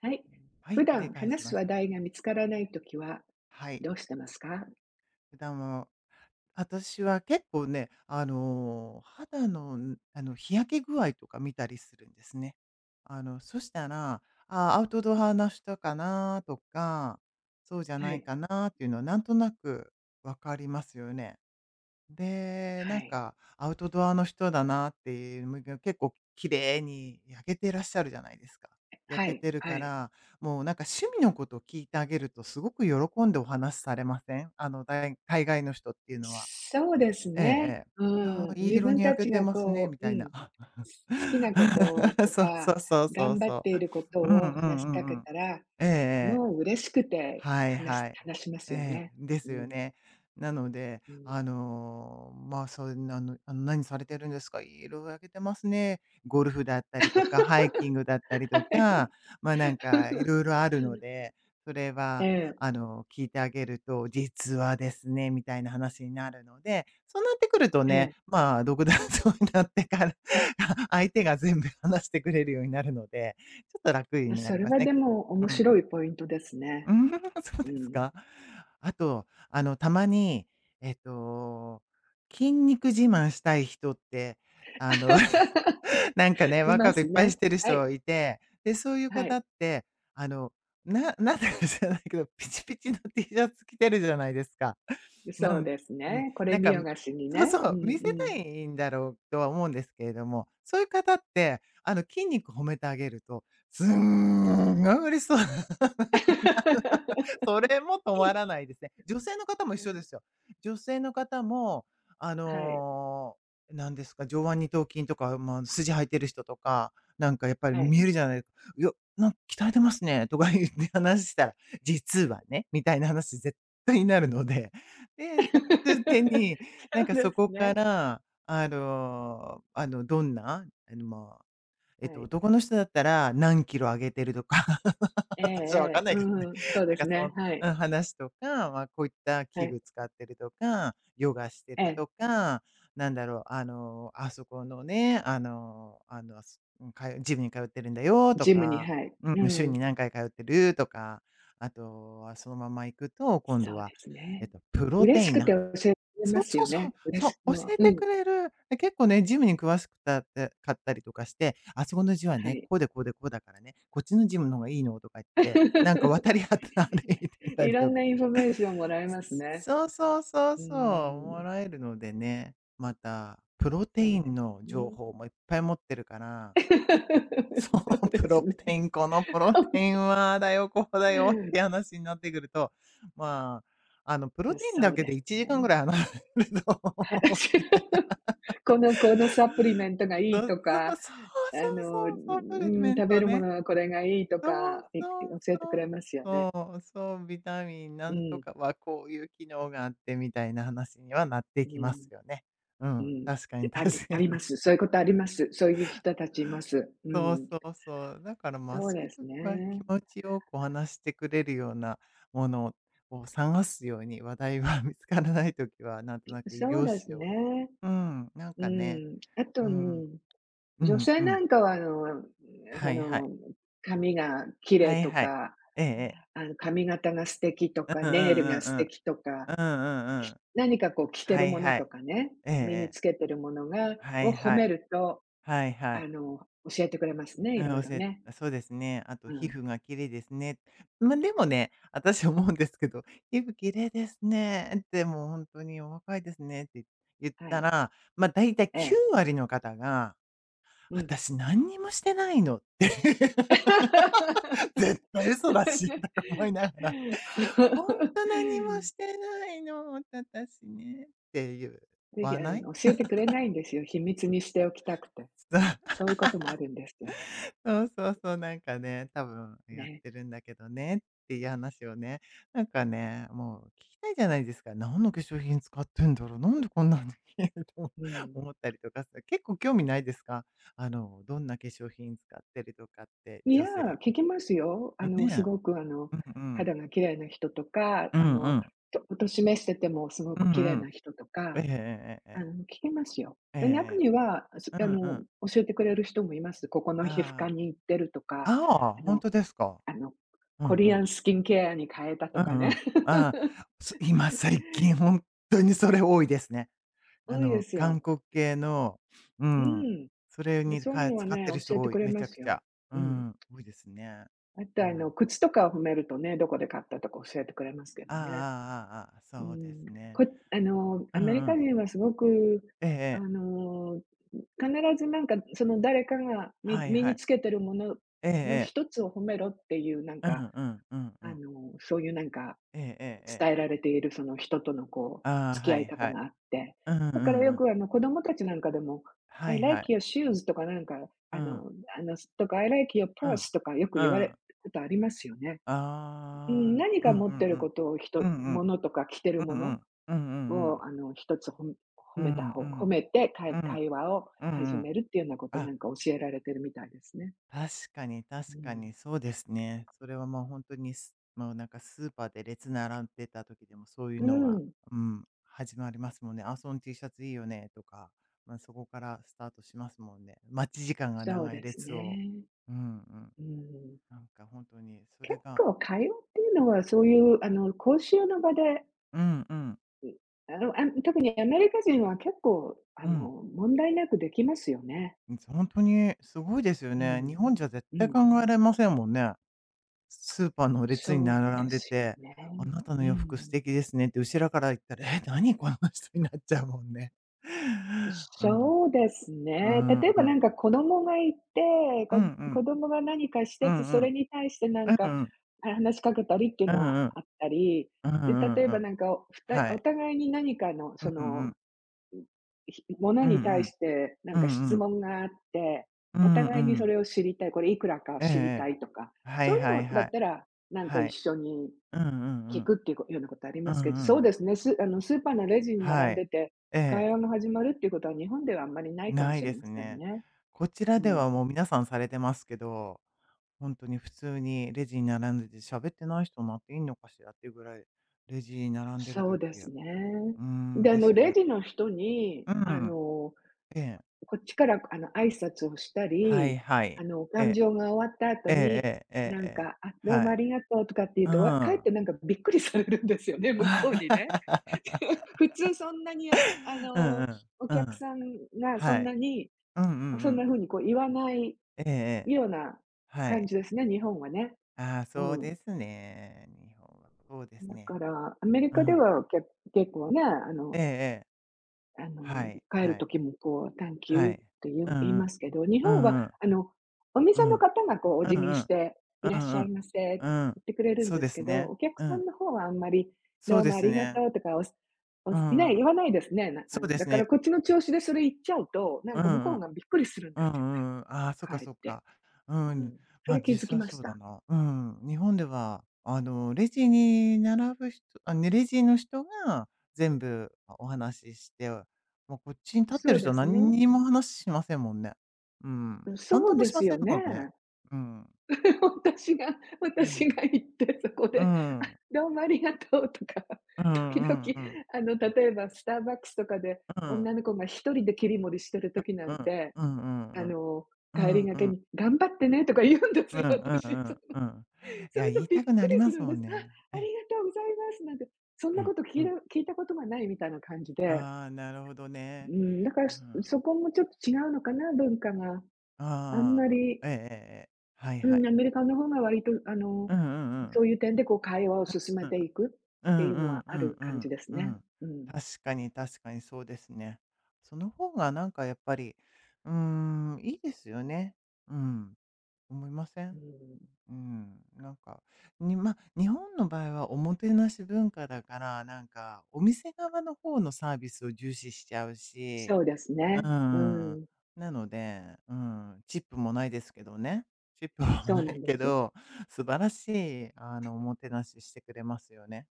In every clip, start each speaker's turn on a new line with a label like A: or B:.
A: はい。
B: は
A: 普
B: い、お願
A: 段
B: いし
A: 話す
B: ます。
A: 話題が見つからないときは、
B: はい。
A: どうしてますか？
B: 普段は、私は結構ね、肌の、日焼け具合とか見たりするんですね。そしたら、あ、アウトドアな人かなとか、そうじゃ
A: は
B: ない
A: い、
B: かなっていうのはなんとなくわかりますよね。で、
A: は
B: なん
A: い、
B: かアウトドアの人だなっていう、結構綺麗に焼けてらっしゃるじゃないですか。焼
A: は
B: けて
A: い、
B: る
A: は
B: か
A: い。
B: ら、もうなんか趣味のことを聞いてあげるとすごく喜んでお話しされません？海外の人っていうのは。
A: そうです
B: ええ
A: ね。
B: え
A: う
B: え。「ああ、
A: ん。
B: いい
A: 自
B: 色
A: 分
B: に
A: た
B: 焼け
A: ち
B: て
A: が
B: ますね」
A: こ
B: み
A: う、う
B: たいな。
A: ん、好きなこと と
B: そうそ
A: か、
B: うそうそう
A: 頑張っ
B: そ
A: ていること
B: う。うんう
A: を
B: ん
A: 話
B: う
A: しかけ
B: んうん。
A: たら、
B: ええええ。
A: もう嬉しくて
B: はい
A: 話
B: は
A: し
B: い。
A: 話します
B: え
A: よ
B: え、
A: ね。
B: で
A: う
B: すよ
A: ん、
B: ね。なので、
A: うん。
B: まあ、そうなの「何されてるんですか？色々やげてますね」ゴルフだった りとか、ハイキング
A: は
B: だったりとか、
A: い。
B: ま、なんかい ろいろあるので、それ
A: え
B: は、
A: え、
B: 聞いてあげると「実はですね」みたいな話になるので、そうなってくると
A: え
B: ね、まあ、独断 そうになってから、相手が全部話してくれるようになるので、ちょっと楽に
A: え。
B: な
A: そ
B: り
A: れ
B: ます
A: はで
B: ね。
A: も面
B: うんう
A: 白
B: ん。
A: いポイントです
B: う
A: ね。
B: ーん、そう
A: う
B: です
A: ん。
B: か。あと、たまに、えっと、筋肉自慢したい人って、あの、なんかね、
A: い
B: ワークア
A: ま
B: ウトいっ
A: す
B: ぱいし
A: ね。
B: てる
A: はい、
B: 人いて、で、そういう
A: は
B: 方
A: い。
B: って、あの、なんだか知らないけど、ピチピチの T シャツ着てるじゃないですか。
A: そ
B: な
A: う
B: ん、
A: です
B: うん、
A: ね。これ
B: なん
A: 見
B: か、
A: よがしに
B: そう
A: ね。
B: そ
A: うん
B: う、
A: う
B: 見せた
A: ん。
B: いんだろうとは思うんですけれども、そういう方って、筋肉褒めてあげると、すんごい嬉しそう。それも止まらないですね。女性の方も一緒ですよ。女性の方も、あ
A: はい、
B: のなんですか、上腕二頭筋とか、まあ、筋履いてる人とか、なんかやっぱり
A: はい。
B: 見えるじゃないですか「いや、なんか鍛えてますね」とか言って話したら「実はね」みたいな話絶対になるので。で、最終的に、な
A: そ
B: ん
A: う
B: かそ
A: で
B: こ
A: す
B: か
A: ね。
B: ら、どんな、まあ、
A: はい。
B: 男の人だったら何キロ上げてるとか
A: ええ
B: 私はわか
A: え
B: ん
A: え、
B: な
A: う
B: いけ
A: ん
B: どね。
A: うん、そう
B: な
A: で
B: ん
A: す
B: か
A: ね。
B: そ
A: はい、
B: の、話とか、まあ、こういった
A: は
B: 器
A: い。
B: 具使ってるとか、ヨガして
A: え
B: る
A: え、
B: とか、なんだろう、あそこのね、すうんかよジムに通ってるんだよと
A: ジムに、
B: か、
A: はい。
B: う
A: う
B: ん、週
A: ん。
B: に何回通ってるとか、あとはそのまま行くと、今度
A: そうで
B: は、
A: すね。
B: プロテ
A: 嬉し
B: イン
A: くて教えま
B: そう
A: す
B: そ
A: よ
B: うそう、
A: ね。嬉
B: そ
A: しく
B: う、
A: も、
B: 教え
A: う
B: て
A: ん、
B: くれる。で、結構ね、ジムに詳しくたって買ったりとかして、あそこの字は
A: は
B: ね、
A: い。
B: こうでこうでこうだからね、こっちのジムの方がいいのとか言って、なんか渡り合って 歩いてた
A: い
B: り
A: ろ
B: と
A: ん
B: か。
A: なインフォメーションもらえますね。
B: そうそうそう
A: う
B: そう、も
A: ん、
B: らえるのでね、また、プロテ
A: そう
B: イ
A: で
B: ン
A: す
B: の情
A: ね。
B: 報もいっぱい持ってるから、
A: そ
B: そう、
A: うで
B: プ
A: す
B: ロ
A: ね。
B: テイン、このプロテインは、だよ、こうだよって 話になってくると、まあ、プロテイン
A: そ
B: だ
A: う
B: け
A: で
B: で
A: す
B: 1時間
A: ね。
B: ぐらい話せると
A: はい
B: 思う
A: このサプリメ ントがい
B: そ
A: い
B: う
A: と
B: そ
A: か、
B: うそう
A: う
B: そうそうサプリ
A: ん、
B: メン
A: 食べ
B: ト
A: るも
B: ね。
A: のはこれがいいと
B: そう
A: か、い
B: そう
A: 教えてく
B: そ
A: れ
B: う
A: ますよね。
B: そう、そう、ビタミンな
A: う
B: んと
A: ん、
B: かはこういう機能があってみたいな話にはなって
A: う
B: きます
A: ん、
B: よね。う
A: う
B: ん、
A: ん。
B: 確かに確か
A: ありま
B: に。
A: す。そういうことあります。そういう人たちいます。う
B: そう
A: ん。
B: そうそう。だからまあ
A: そう
B: そうい
A: で
B: う
A: す
B: 時は気
A: ね。
B: 持ちよくお話してくれるようなものを探すように話題は 見つからない時はなんとなく医
A: そう
B: 療
A: です
B: しを
A: ね。
B: うん、なん
A: う
B: かね、
A: ん。あと、
B: うん、う
A: 女
B: ん
A: 性
B: う
A: な
B: ん。
A: んかは、そ
B: はいはい。
A: の、髪が綺麗
B: はい
A: と
B: はい。
A: か、
B: ええええ。
A: 髪型が素敵と
B: う
A: か、
B: んう
A: ネイルが
B: んう
A: 素
B: んうん。
A: 敵とか、
B: うんうんうん。
A: 何かこう着て
B: は
A: る
B: い
A: もの
B: は
A: と
B: い。
A: かね、
B: えええ
A: 身に
B: え。
A: つけてるものが
B: は
A: を
B: い
A: 褒
B: は
A: め
B: い。
A: ると、
B: はいは
A: あ
B: い。
A: の、教えてくれますね、い
B: うん、
A: ろい
B: お
A: ろ
B: せ
A: ね。
B: そうですね。あと
A: う
B: 皮
A: ん、
B: 膚が綺麗ですね。ま、でもね、私思うんですけど、「皮膚綺麗ですね」でも本当にお若いですね」って言っ
A: は
B: た
A: い。
B: ら、ま、だいた
A: ええ、
B: 9割の方が、
A: うん。
B: 「私何にもしてないの」って。絶対嘘だしとか思いながら。ほんと何もしてないの、私ねって言
A: ぜひ、
B: わ
A: あ
B: ない？
A: の、教えてくれないんですよ、秘密にしておきたくて。そう いうこともあるんですよ。
B: そうそうそう、なんかね、多分やっ
A: ね。
B: てるんだけどねっていう話をね、なんかね、もう聞きたいじゃないですか。何の化粧品使ってんだろう、なんでこんなの消えると
A: うん。
B: 思ったりとか、結構興味ないですか？どんな化粧品使ってるとかって、
A: いや、
B: 女性。
A: 聞きますよ。す
B: ね。
A: ごく、
B: うんうん。
A: 肌が綺麗な人とか、
B: うんうん。
A: とおとしめしててもすご
B: う
A: く
B: ん
A: 綺麗
B: う
A: な
B: ん。
A: 人と
B: え
A: か、
B: えええええ。
A: 聞きますよ。
B: ええ
A: で、中に
B: え
A: は、す
B: え。う
A: あ
B: んう
A: の、
B: ん。
A: 教えてくれる人もいます。ここの
B: あ
A: 皮膚科
B: あ。
A: に行ってるとか、
B: ああ、
A: あ
B: 本
A: の
B: 当ですか。
A: あの、
B: うん
A: コ
B: う
A: リアン
B: ん。
A: スキンケアに変えたと
B: う
A: か
B: ん
A: ね。
B: うん。ああ、今最近本当にそれ多いですね。
A: 多いです
B: 韓
A: よ。
B: 国系のう
A: う
B: ん、
A: ん。
B: それ
A: で、
B: に
A: そういうのは
B: 使っ
A: ね、
B: てる
A: 教
B: 人
A: えて
B: 多
A: く
B: い、
A: れ
B: めち
A: ま
B: ゃく
A: す
B: ち
A: よ。
B: ゃ。う
A: うん。
B: ん、多いですね。
A: あと、
B: うん。
A: 靴とかを褒めるとね、どこで買ったとか教えてくれますけ
B: あ
A: ど
B: ああ
A: ね。
B: あああああ、
A: う
B: そうで
A: ん、
B: すね。
A: こあの、ア
B: うん
A: メリ
B: う
A: カ
B: ん。
A: 人はすごく、
B: ええ
A: あ
B: ええ。
A: の、必ずなんか、その誰かが
B: はい
A: 身
B: は
A: に
B: い。
A: つけてるもの
B: ええ
A: の
B: ええ。
A: 一つを褒めろっていうなん
B: うん
A: か、
B: うんうんうん。
A: そういうなんか、
B: えええええ
A: 伝
B: え。
A: えられているその人とのこう、
B: ああ、
A: 付き
B: は
A: 合い
B: い
A: 方
B: はい。
A: があって、
B: うんう
A: だから
B: ん
A: よ
B: うん。
A: く子供たちなんかでも、
B: は
A: I
B: いはい。
A: like your shoes とかなんか、
B: う
A: あ
B: ん、
A: のとか、I like your
B: うん。
A: purse とかよく
B: う
A: 言われる
B: ん。
A: ことありますよね。うん、
B: ああ、
A: 何
B: う
A: か
B: んうん
A: 持
B: う
A: ってるこ
B: ん。
A: とを人
B: うんう
A: も
B: ん。
A: のとか着てる
B: う
A: も
B: んう
A: の
B: ん。うんうんう
A: を、
B: ん。
A: 一つ
B: うんう
A: 褒
B: ん。
A: めて、
B: うん。
A: 会話を
B: う
A: 始
B: んうん。
A: めるっていうようなことな
B: あ、
A: んか教えられてるみたいですね。
B: 確かに
A: う
B: 確か
A: ん。
B: にそうですね。それはもう本当に、すもうなんかスーパーで列並んでた時でもそういう
A: う
B: のが、
A: ん、
B: うん、始まりますもんね。「あ、その T シャツいいよね」とか、まあ、そこからスタートしますもんね。待ち時間が
A: そう
B: 長い
A: です
B: 列を。
A: ね。
B: うんうん。
A: うん。
B: なんか本当にそ
A: 結
B: れが
A: 構会話っていうのは、そういう、講習の場で、
B: うんうん。
A: 特にアメリカ人は結構、
B: うん。
A: 問題なくできますよね。
B: ん、ほんとにすごいですよ
A: う
B: ね。日
A: ん。
B: 本じゃ絶
A: う
B: 対考
A: ん。
B: えられませんもんね。スーパーの列に
A: そう
B: 並
A: で
B: んで
A: す
B: て、
A: よね。
B: 「あなたの
A: う
B: 洋服素
A: ん。
B: 敵ですね」って後ろから言ったら、「え、何この人」になっちゃうもんね。うん、う
A: そうです
B: ー
A: ね。
B: ん、
A: 例えば
B: う
A: な
B: ん。
A: んか子供がいて、
B: うんうんう
A: 子
B: ん。
A: 供が何かし
B: う
A: てて、
B: ん
A: そ
B: う
A: れ
B: ん。
A: に対してなん
B: うん
A: か、
B: うん。
A: 話しかけたりっていう
B: うん
A: のは
B: うん。
A: あったり、
B: うんう
A: で、例
B: ん
A: え
B: う
A: ば
B: ん。
A: なんか、おふた
B: は
A: お
B: い。
A: 互いに何かのそ
B: うんう
A: の、
B: ん。
A: もの
B: うんう
A: に対し
B: ん。
A: てなん
B: う
A: か
B: ん
A: 質
B: うん。
A: 問があって、
B: う
A: お
B: んう
A: 互いにそ
B: ん。
A: れを知りたい、これいくらか
B: えええ
A: 知りたい
B: え。
A: とか、
B: は
A: そう
B: い
A: いう
B: は
A: の
B: い
A: だ
B: は
A: っ
B: い。
A: たら、なんか
B: は
A: 一
B: い。
A: 緒に
B: うんうんう
A: 聞く
B: ん。
A: っていうようなことあり
B: う
A: ますけど、そ
B: んう
A: うで
B: ん。
A: すね、スーパーのレジに並
B: は
A: ん
B: い。
A: でて、
B: え
A: 会
B: え。
A: 話が始まるっていうことは日本ではあんまりないかも
B: ない
A: しれ
B: で
A: ま
B: す
A: せん
B: ね。
A: ね。
B: こちら
A: う
B: で
A: ん。
B: はもう皆さんされてますけど、本当に普通にレジに並んでて喋ってない人になっていいのかしらっていうぐらい、レジに並んでる
A: そうで
B: 時う
A: すね。
B: ーん、
A: で、
B: です
A: レ
B: ね。
A: ジの人に、
B: うん。ええ。
A: こっちから、挨拶をした
B: は
A: り、
B: いはい。え
A: 勘
B: え。
A: 定が終わった後
B: ええ
A: に、
B: えええ
A: なん
B: えええ。
A: か、「あ、どう
B: は
A: もあ
B: い。
A: りがとう」とかって言う
B: う
A: と、かえって
B: ん。
A: なんかびっくりされるんですよね、向こうにね。普通そんなに、あ
B: うんう
A: の、
B: ん。
A: お
B: う
A: 客
B: ん。
A: さんがそ
B: は
A: ん
B: い。
A: なに、
B: うんうん
A: そ
B: う
A: んな
B: ん。
A: 風にこう言わないい
B: えええ
A: う
B: え。
A: ような
B: は
A: 感
B: い。
A: じですね、日本はね。
B: ああ、
A: う
B: そう
A: ん。
B: ですね。日本はそうです
A: だ
B: ね。
A: から、アメリ
B: う
A: カで
B: ん。
A: は結構ね、
B: ええええ。
A: あ
B: は
A: の、
B: い、
A: 帰る
B: はい、
A: 時もこう、「Thank
B: は
A: you」っ
B: い。
A: て
B: う
A: 言い
B: んう
A: ま
B: ん。
A: すけど、日
B: う
A: 本は
B: んうん。
A: あの、お
B: う
A: 店の
B: ん。
A: 方がこうお
B: うん
A: 辞儀
B: う
A: し
B: ん。
A: て、「い
B: う
A: らっし
B: んう
A: ゃい
B: ん。
A: ませ」って
B: うん。
A: 言ってくれるん
B: そう
A: で
B: で
A: すけ
B: す
A: ど、
B: ね。
A: お客
B: う
A: さん
B: ん。
A: の方はあんまり、
B: そ
A: 「ど
B: う
A: う
B: で
A: もあ
B: す
A: りが
B: ね。
A: とう」とか、おすお
B: う
A: すいな
B: んう
A: い
B: ん。
A: 言わないですね。なあ
B: そう
A: の、
B: で
A: だ
B: す
A: から
B: ね。
A: こっちの調子でそ
B: そ
A: れ言っちゃうと、なん
B: うん
A: か向こ
B: う
A: う
B: ん。
A: がびっくりするん
B: う
A: で
B: んう
A: すよね、
B: んうん。ああ、そっ
A: か
B: か
A: えっ
B: そっ
A: て。
B: か。う
A: う
B: ん。
A: ん。そ
B: ま、
A: れ気づ
B: 実
A: き
B: 際
A: まし
B: そうだ
A: た。
B: な。うん。日本では、レジに並ぶ人あ、ね、レジの人が全部、あ、お話しして、もうこっちに立って
A: そ
B: る
A: う
B: 人
A: で
B: は
A: すね。
B: 何にも話しませんもんね。うん。反
A: そ
B: 応
A: う
B: も
A: で
B: しま
A: す
B: せん
A: よ
B: もんね。
A: ね。
B: うん。う
A: 私
B: ん。
A: が行ってそこ
B: う
A: で
B: ん。
A: 「どうもありがとう」とか、
B: うんう
A: 時々、
B: んうん。
A: 例えばスターバックスとかで
B: うん。
A: 女の子が一人で切り盛りしてる時な
B: うん。
A: ん
B: うん。
A: て、
B: うんう
A: あ
B: ん
A: の、
B: う
A: 帰り
B: ん。
A: が
B: うん
A: け
B: うん。
A: に「頑張ってね」とか言うんです
B: うん
A: よ、
B: うんう
A: 私。そ
B: ん
A: の、
B: うん。い
A: そうい
B: や、
A: う
B: 言
A: の
B: い
A: びっ
B: たく
A: く
B: なり
A: り
B: ま
A: する
B: す
A: ん
B: も
A: で
B: ん
A: す。「あ、
B: ね。
A: あ
B: え。
A: りがとうございます」なんて、そん
B: う
A: なこ
B: ん
A: と
B: うん。
A: 聞いたことがないみたいな感じで、
B: ああ、なるほど
A: う
B: ね。
A: ん、だから、
B: うん。
A: そこもちょっと違うのかな、文化が。あんま
B: ああ、
A: り、
B: ええええええ。はい
A: う
B: はい。
A: ん、アメリカの方が割と、
B: うんうんう
A: そ
B: ん。
A: ういう点でこう会話を進め
B: うん。
A: ていく
B: う
A: っ
B: ん
A: ていう
B: う
A: のは
B: ん
A: あ
B: うん
A: る
B: う
A: 感じ
B: ん
A: です
B: う
A: ね。
B: ん。
A: うん。
B: 確かに確かにそうですね。その方がなんかやっぱり、いいですよね。うん、思いませ
A: う
B: ん？
A: ん。
B: うん、なんか、まあ、日本の場合はおもてなし文化だから、なんかお店側の方のサービスを重視しちゃうし。
A: そうです
B: う
A: ね。う
B: ん。
A: ん。
B: なので、うん、チップもないですけどね。チップも
A: そう
B: な
A: な
B: い
A: んで
B: け
A: すよ。
B: ど、素晴らしい、おもてなししてくれますよね、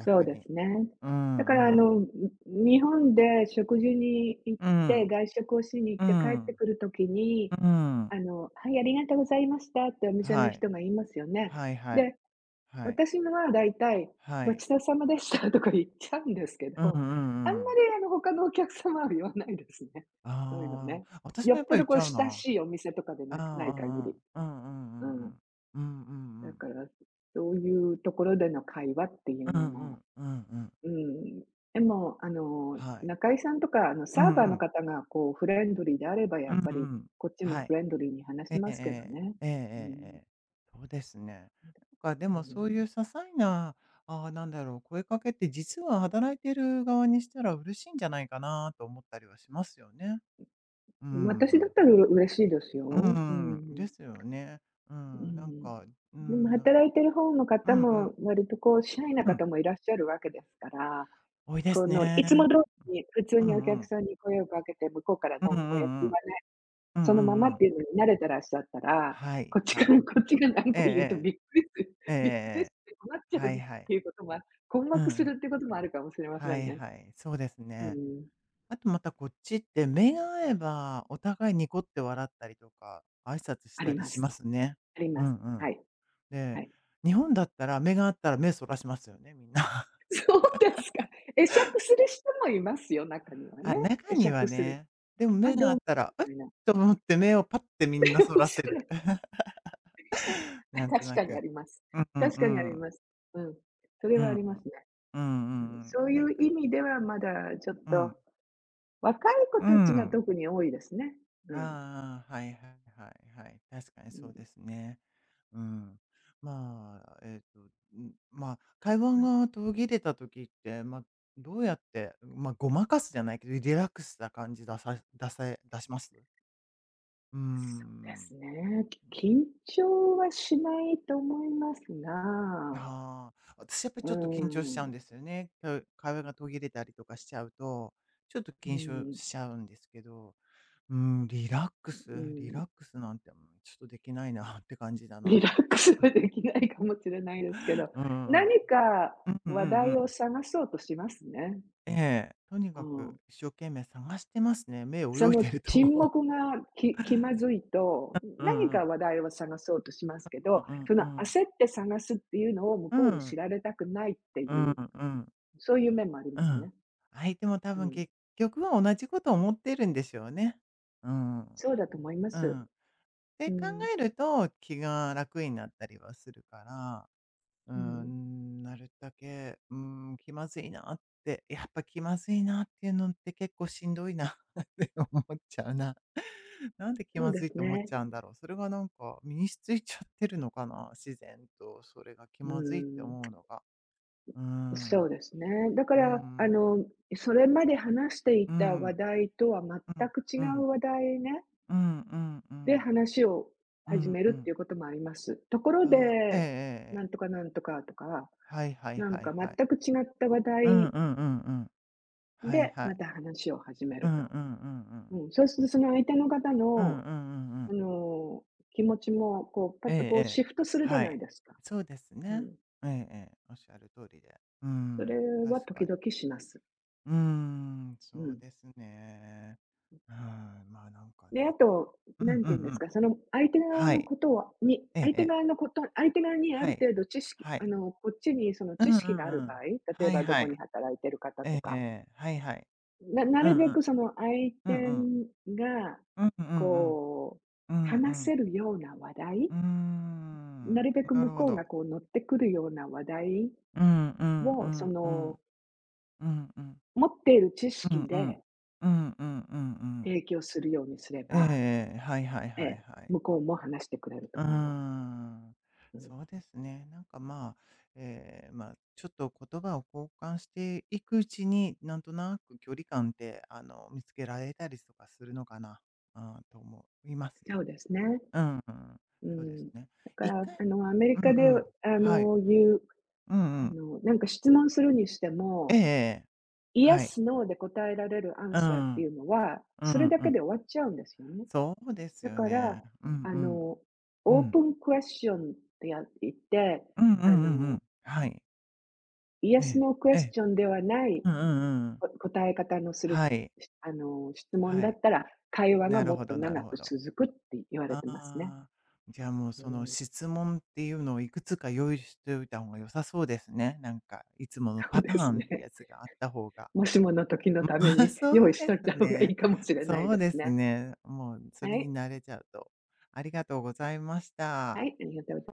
A: そうで
B: に。
A: すね。
B: うん
A: だから、
B: うん。
A: 日本で食事に行っ
B: う
A: て、
B: ん。
A: 外食をしに行っ
B: う
A: て帰って
B: ん。
A: くる時に、
B: うん。
A: 「はい、ありがとうございました」ってお店の
B: はい。
A: 人が言いますよね。
B: はいはい。
A: で
B: はい。
A: 私のは大体、
B: は
A: ごち
B: い。
A: そうさまでした とか言っちゃうんですけ
B: うんう
A: ど、あん
B: んう
A: ま
B: ん。
A: り他のお客様は言わないですね。そういうの
B: あ
A: ね。
B: あ、私
A: よ
B: もや
A: っ
B: っ
A: ぽ
B: ぱり言
A: ど
B: っ
A: こ
B: ち
A: う
B: ゃう
A: 親
B: な。
A: しいお店とかで
B: ああ、
A: ない限
B: あ
A: り。
B: あ、うんうんう
A: う
B: んう
A: ん。
B: ん。うんうんう
A: だか
B: ん。
A: ら、そういうところでの会話っていう
B: うん
A: の
B: う
A: も、
B: んうんうん。
A: うん。でも、
B: はい。
A: 仲居さんとか、
B: う
A: サー
B: ん
A: バ
B: う
A: ーの
B: ん。
A: 方がこうフレンドリーであれば、や
B: う
A: っ
B: ん
A: ぱ
B: う
A: り
B: ん。
A: こっちも
B: は
A: フ
B: い。
A: レンドリーに話
B: え
A: し
B: ええ
A: ますけど
B: え。
A: ね。
B: えええ
A: う
B: え
A: ん。
B: ええ。そうですね。なんかで
A: う
B: もそういう
A: ん。
B: 些細な、ああ、なんだろう、声かけって実は働いてる側にしたら嬉しいんじゃないかなと思ったりはしますよね。う
A: 私だっ
B: ん。
A: たら嬉しいです
B: う
A: よ。う
B: ん、
A: ん。
B: ですよね。う
A: う
B: ん、なん
A: ん。
B: か、う
A: でも
B: ん、
A: 働いてる方の
B: う
A: 方
B: んう
A: も、
B: ん、
A: 割とこうシャイな
B: うん、
A: 方もいらっしゃるわけですから、
B: 多いで
A: こ
B: す
A: のいつも
B: ね。
A: 通りに普通
B: うんう
A: にお客
B: ん。
A: さんに声をかけて、向こうから
B: うんう
A: 何も言わない、
B: んうん。う
A: そ
B: んう
A: のままっ
B: んうん。
A: ていうのに慣れてらっしゃったら、
B: はいはい。
A: こっちが何
B: え
A: か言うと
B: えええ。えええええ
A: びっくりし
B: え。
A: て困っちゃう
B: は
A: っ
B: いはい。
A: ていうことも、困
B: うんう
A: 惑す
B: ん。
A: るっていうこともあるかもしれませ
B: は
A: ん
B: い
A: ね。
B: はい、そうです
A: う
B: ね。
A: ん、
B: あとまたこっちって目が合えばお互いニコって笑ったりとか、挨拶し
A: あ
B: た
A: り
B: り
A: ま
B: しま
A: す。
B: すね。
A: あり
B: う
A: ます。
B: んうん。
A: はい、は
B: で、
A: い。
B: 日本だったら目が合ったら目そらしますよね、みんな。
A: そうですか。会釈する人もいますよ、中には
B: あ、
A: ね。
B: 中
A: 会
B: に
A: 釈
B: は
A: する、
B: ね。でも
A: あ、
B: 目
A: どう
B: が合
A: も
B: った
A: み
B: ら、えっ
A: たいな。
B: と思って目をパッてみんな そ
A: お
B: ら
A: そ
B: せ
A: ら
B: る。
A: く。あ、
B: なんと
A: 確
B: な
A: かにあ
B: く。
A: ります。
B: うんうん
A: 確かにあ
B: う
A: り
B: ん。
A: ます。うん。それ
B: う
A: はあ
B: んう
A: ります
B: ん。
A: ね。
B: う
A: うん、
B: んうん
A: そ
B: う
A: う
B: ん。
A: い
B: なん
A: う
B: か、
A: 意味ではまだちょっ
B: うん。
A: と、若い子
B: う
A: たちが
B: ん。
A: 特に多いですね。うん。
B: ああ、はいはいはいはい。確かに
A: う
B: そ
A: ん。
B: うですね。うん。まあ、えっと、まあ、会話
A: はい、
B: が途切れた時って、まあ、どうやって、まあ、ごまかすじゃないけど、リラックスした感じ出さ出せ出します？うー
A: そうです
B: ん。
A: ね。緊張はしないと思いますが、
B: ああ、私やっぱり
A: う
B: ちょっと緊張し
A: ん、
B: ちゃうん
A: う
B: ですよね。会話が途切れたりとかしちゃうと、ちょっと
A: ん、
B: 緊張
A: う
B: しちゃうんですけど、うん、リラックスリ
A: ん、
B: ラックスなんて、うん、ちょっとできないなって感じだ
A: リ
B: な。
A: ラックスはできないかもしれないですけど、
B: うんうんうん。
A: 何か
B: うんう
A: 話
B: んう
A: 題を
B: ん。
A: 探そうとしますね。
B: ええ、とに
A: う
B: かく
A: ん。
B: 一生懸命探してますね。目
A: そ
B: 泳い
A: の
B: でるとも
A: 沈
B: う。
A: 黙が気ま ずいと、
B: うん
A: 何
B: う
A: か
B: ん。
A: 話題を探そうとしますけ
B: うん
A: ど、
B: う
A: そ
B: ん
A: の
B: うん。
A: 焦って探すっていうのを向
B: う
A: こうに知
B: ん。
A: られたくないって
B: う
A: い
B: ん
A: う、
B: うん。
A: そういう面もあり
B: う
A: ます
B: ん。
A: ね。
B: 相手も多
A: う
B: 分
A: ん。
B: 結局は同じことを思ってるんでしょうね。うん。
A: そう
B: う
A: だと思います。
B: ん。で、
A: う
B: 考
A: ん。
B: えると気が楽になったりはするから、う
A: うん。
B: ん、なるだけ、うん、気まずいなって、やっぱ気まずいなっていうのって結構しんどいなって思っちゃうな。なんで気
A: そう
B: ま
A: で
B: ずい
A: す
B: と思っ
A: ね。
B: ちゃうんだろう。それがなんか身についちゃってるのかな、自然と。それが気
A: う
B: まずいって
A: ん。
B: 思うのが。うー
A: そ
B: ん。
A: うですね。だか
B: うー
A: ら、
B: ん。
A: それまで話してい
B: う
A: た話
B: ん。
A: 題とは
B: う
A: 全
B: ん。
A: く違
B: う
A: う
B: ん。
A: 話題ね、
B: うん。うん。う
A: で
B: ん。
A: 話を
B: う
A: 始
B: ん。
A: め
B: う
A: るって
B: ん。
A: いうこともあります。ところ
B: ああ、ええええ
A: で、な
B: え
A: ん
B: え。
A: とかなんとかとか
B: はいはい
A: なん
B: は
A: か
B: いはい。
A: 全く違った話
B: うん
A: 題
B: うんうんうん。
A: で、
B: はいは
A: ま
B: い。
A: た話を始め
B: う
A: る
B: んうんうん
A: と。
B: うん、
A: うん、そうするとその相手の方
B: あ、ええええええ、はいはいはいはい、うん
A: の、
B: うんうんう
A: あ
B: ん。
A: の、気持ちも、こう、パ
B: え
A: ッ
B: え
A: とこ
B: え
A: う
B: え。
A: シフトするじゃ
B: は
A: な
B: い。
A: いですか。
B: そうです
A: う
B: ね。
A: ん。
B: ええええ、おっしゃる通りで。う
A: それ
B: ん、
A: は
B: 確か
A: 時
B: に。
A: 々します。
B: うーん、
A: う
B: そう
A: ん。
B: ですね。うーん、まあ、なんか
A: で、あ
B: ね。
A: と、
B: う
A: な
B: ん
A: ん
B: う
A: て言うん
B: ん
A: で
B: う
A: す
B: ん。
A: か、その相手側
B: は
A: の
B: い。
A: ことをに、
B: ええええ。
A: 相手側にあ
B: は
A: る
B: い。
A: 程度知識、
B: はい。
A: こっちにその
B: うん
A: 知
B: う
A: 識がある
B: んう
A: 場合、
B: ん。
A: 例え
B: はい
A: ばど
B: は
A: こに
B: い。
A: 働いてる方
B: え
A: と
B: ええ
A: か、
B: え。はいはい。
A: な
B: うん
A: るべ
B: うん。
A: くその相
B: うんう
A: 手
B: ん。
A: が、
B: うんうんうん。
A: こう、
B: うんう
A: 話
B: ん。
A: せるような話題、
B: うーん、
A: なるべく
B: な
A: 向
B: るほ
A: こうが
B: ど。
A: こう乗ってくるような話題
B: うんうんう
A: を、そ
B: んうん。
A: の、
B: うんうん。
A: 持っている知
B: うん
A: 識
B: うん。
A: で
B: うんうんうんうん。
A: 提供するようにすれば、
B: ええ。はいはい
A: え
B: はい
A: え、
B: はい。
A: 向こうも話してくれると
B: うー
A: 思います。
B: ん。
A: うん、
B: そうですね。なんかまあ、ええ、まあ、ちょっと言葉を交換していくうちに、なんとなく距離感って、見つけられたりとかするのかな、うん、と思います
A: そう
B: ね。
A: ですね。
B: うんうん。
A: う
B: そうです
A: ん。だ
B: ね。
A: か
B: 一
A: ら、
B: 回。
A: アメ
B: う
A: リ
B: んう
A: カで、
B: ん。
A: あ
B: はい。
A: の、言う、
B: うんう
A: あ
B: ん。
A: の、なんか質問するにして
B: え
A: も
B: え、
A: イエ
B: はい。
A: スノーで答えられるアン
B: う
A: サーっ
B: ん。
A: ていうのは、
B: う
A: それ
B: ん
A: だ
B: う
A: け
B: ん。
A: で終わっちゃうんですよね。
B: そうです
A: だ
B: よ
A: か
B: ね。
A: ら、
B: うん
A: あ
B: うん。
A: の、
B: う
A: オー
B: ん。
A: プンクエスチョンって言って、
B: うんうんう
A: あ
B: んう
A: の、
B: ん。はい。え
A: Yes
B: え。
A: クエ
B: え
A: ス
B: え。
A: チョンではない、
B: うんうんうん。
A: 答え方のする、
B: はい。
A: 質問
B: は
A: だ
B: い。
A: ったら、会話が
B: なる
A: もっ
B: ほ
A: と
B: どなる
A: 長
B: ほ
A: く
B: ど。
A: 続くって言われ
B: あ
A: てますね。
B: あ、じゃあもう
A: う
B: その
A: ん、
B: 質問っていうのをいくつか用意しておいた方が良さそうですね。なんかいつもの
A: そ
B: パ
A: う
B: タ
A: です
B: ーンって
A: ね。
B: やつがあった方が。
A: もしもの時のた め
B: あ、
A: に用
B: そ
A: 意
B: う
A: しと
B: で
A: い
B: す
A: た方がい
B: ね。
A: いかもしれない
B: そ
A: で
B: うで
A: す
B: す
A: ね。
B: ね。もうそ
A: は
B: れ
A: い、
B: に慣れちゃうと。ありがとうございまし
A: は
B: た。
A: い、ありがとうございます。